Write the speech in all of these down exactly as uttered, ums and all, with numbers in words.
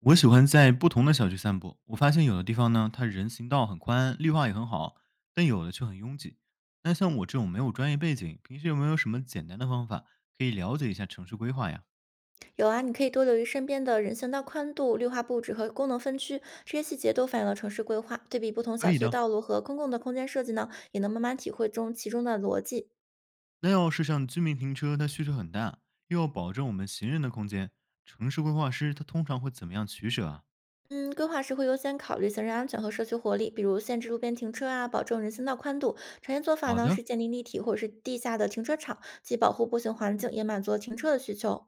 我喜欢在不同的小区散步，我发现有的地方呢，它人行道很宽，绿化也很好，但有的却很拥挤。那像我这种没有专业背景，平时有没有什么简单的方法可以了解一下城市规划呀？有啊，你可以多留意身边的人行道宽度、绿化布置和功能分区，这些细节都反映了城市规划。对比不同可小区以的的。道路和公共的空间设计呢，也能慢慢体会中其中的逻辑。那要是像居民停车，它需求很大，又要保证我们行人的空间，城市规划师他通常会怎么样取舍啊？嗯，规划时会优先考虑行人安全和社区活力，比如限制路边停车啊，保证人行道宽度。常见做法好呢的，是建立立体或者是地下的停车场，既保护步行环境，也满足了停车的需求。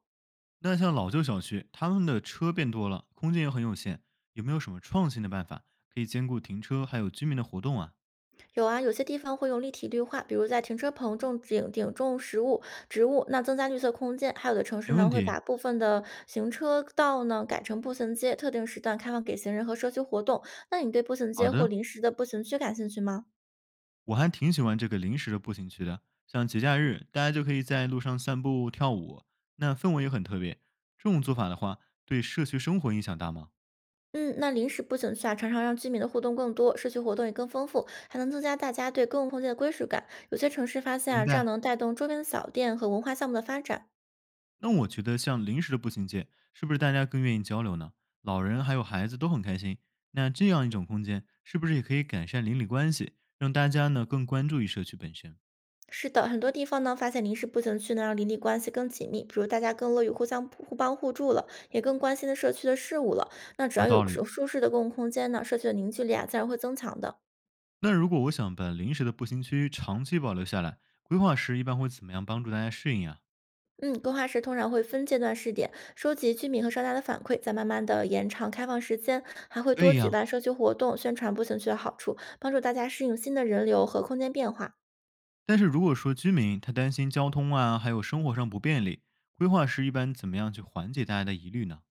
那像老旧小区，他们的车变多了，空间也很有限，有没有什么创新的办法可以兼顾停车还有居民的活动啊？有啊，有些地方会用立体绿化，比如在停车棚种顶顶种食物植物，那增加绿色空间。还有的城市没呢，问会题。把部分的行车道呢改成步行街，特定时段开放给行人和社区活动。那你对步行好街或的，临时的步行区感兴趣吗？我还挺喜欢这个临时的步行区的，像节假日，大家就可以在路上散步、跳舞，那氛围也很特别。这种做法的话，对社区生活影响大吗？嗯，那临时步行区啊，常常让居民的互动更多，社区活动也更丰富，还能增加大家对公共空间的归属感。有些城市发现明啊，这样白。能带动周边的小店和文化项目的发展。那我觉得像临时的步行街，是不是大家更愿意交流呢？老人还有孩子都很开心。那这样一种空间，是不是也可以改善邻里关系，让大家呢更关注于社区本身？是的，很多地方呢，发现临时步行区能让邻里关系更紧密，比如大家更乐于互相互帮互助了，也更关心的社区的事务了。那只要有道有理。舒舒适的公共空间呢，社区的凝聚力啊，自然会增强的。那如果我想把临时的步行区长期保留下来，规划时一般会怎么样帮助大家适应啊？嗯，规划时通常会分阶段试点，收集居民和商家的反馈，再慢慢的延长开放时间，还会多以举呀、办社区活动，宣传步行区的好处，帮助大家适应新的人流和空间变化。但是如果说居民他担心交通啊，还有生活上不便利，规划师一般怎么样去缓解大家的疑虑呢？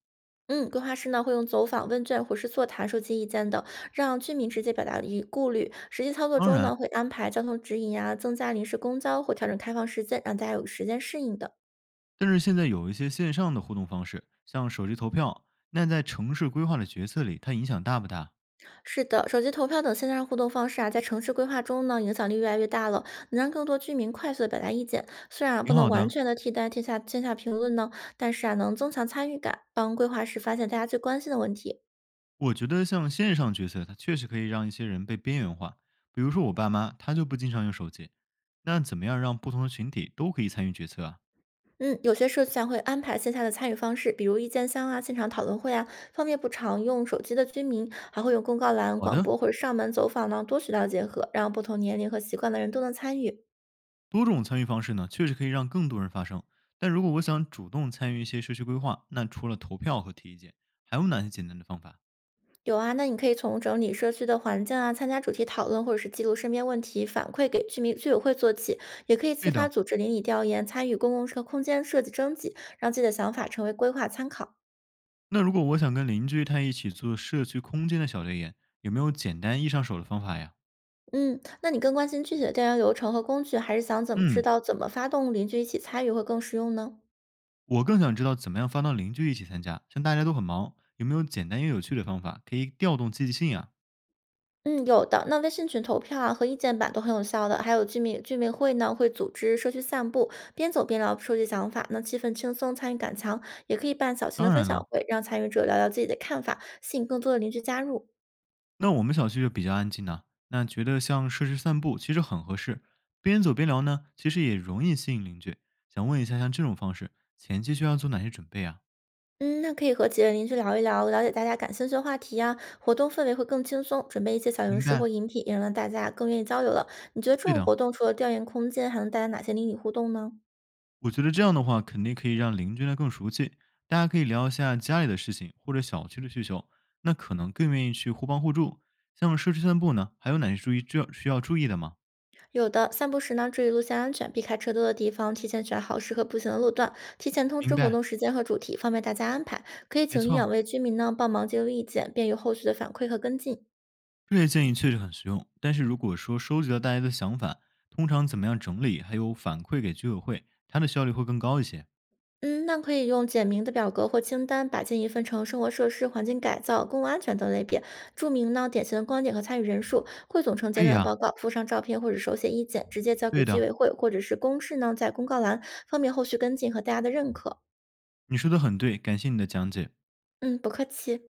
嗯，规划师呢会用走访问卷或是座谈收集意见的，让居民直接表达疑顾虑。实际操作当中然，呢，会安排交通指引啊，增加临时公交或调整开放时间，让大家有时间适应的。但是现在有一些线上的互动方式，像手机投票，那在城市规划的决策里，它影响大不大？是的，手机投票等线上互动方式啊，在城市规划中呢，影响力越来越大了，能让更多居民快速的表达意见。虽然啊不挺能好完的，全的替代线下线下评论呢，但是啊，能增强参与感，帮规划师发现大家最关心的问题。我觉得像线上决策，它确实可以让一些人被边缘化。比如说我爸妈，他就不经常用手机，那怎么样让不同的群体都可以参与决策啊？嗯，有些社区啊会安排线下的参与方式，比如意见箱啊、现场讨论会啊，方便不常用手机的居民，还会用公告栏、好广的，播或者上门走访呢，多渠道结合，让不同年龄和习惯的人都能参与。多种参与方式呢，确实可以让更多人发声。但如果我想主动参与一些社区规划，那除了投票和提意见，还有哪些简单的方法？有啊，那你可以从整理社区的环境啊，参加主题讨论，或者是记录身边问题反馈给居民居委会做起，也可以自对发的，组织邻里调研，参与公共车空间设计征集，让自己的想法成为规划参考。那如果我想跟邻居他一起做社区空间的小调研，有没有简单易上手的方法呀？嗯，那你更关心具体的调研流程和工具，还是想怎么知嗯，道怎么发动邻居一起参与会更实用呢？我更想知道怎么样发到邻居一起参加，像大家都很忙，有没有简单又有趣的方法可以调动积极性啊？嗯，有的。那微信群投票啊和意见板都很有效的，还有居民居民会呢，会组织社区散步，边走边聊收集想法，那气氛轻松，参与感强。也可以办小型的当分然享了，会，让参与者聊聊自己的看法，吸引更多的邻居加入。那我们小区就比较安静呢、那觉得像设施散步其实很合适，边走边聊呢，其实也容易吸引邻居。想问一下，像这种方式，前期需要做哪些准备啊？嗯，那可以和几位邻居聊一聊，了解大家感兴趣的话题呀、活动氛围会更轻松。准备一些小零明食或白，饮品，也能让大家更愿意交流了。你觉得这对种的，活动除了调研空间，还能带来哪些邻里互动呢？我觉得这样的话肯定可以让邻居呢更熟悉，大家可以聊一下家里的事情或者小区的需求，那可能更愿意去互帮互助。像社区散步呢，还有哪些注意需要需要注意的吗？有的，散步时呢，注意路线安全，避开车多的地方，提前选好适合步行的路段，提前通知明活白，动时间和主题，方便大家安排。可以没请领养错，位居民呢帮忙记录意见，便于后续的反馈和跟进。这些建议确实很实用，但是如果说收集到大家的想法，通常怎么样整理，还有反馈给居委会，它的效率会更高一些。嗯，那可以用简明的表格或清单，把建议分成生活设施、环境改造、公共安全等类别，注明呢典型的观点和参与人数，汇总成简可以短的啊，报告，附上照片或者手写意见，直接交给对居的，委会或者是公示呢在公告栏，方便后续跟进和大家的认可。你说的很对，感谢你的讲解。嗯，不客气。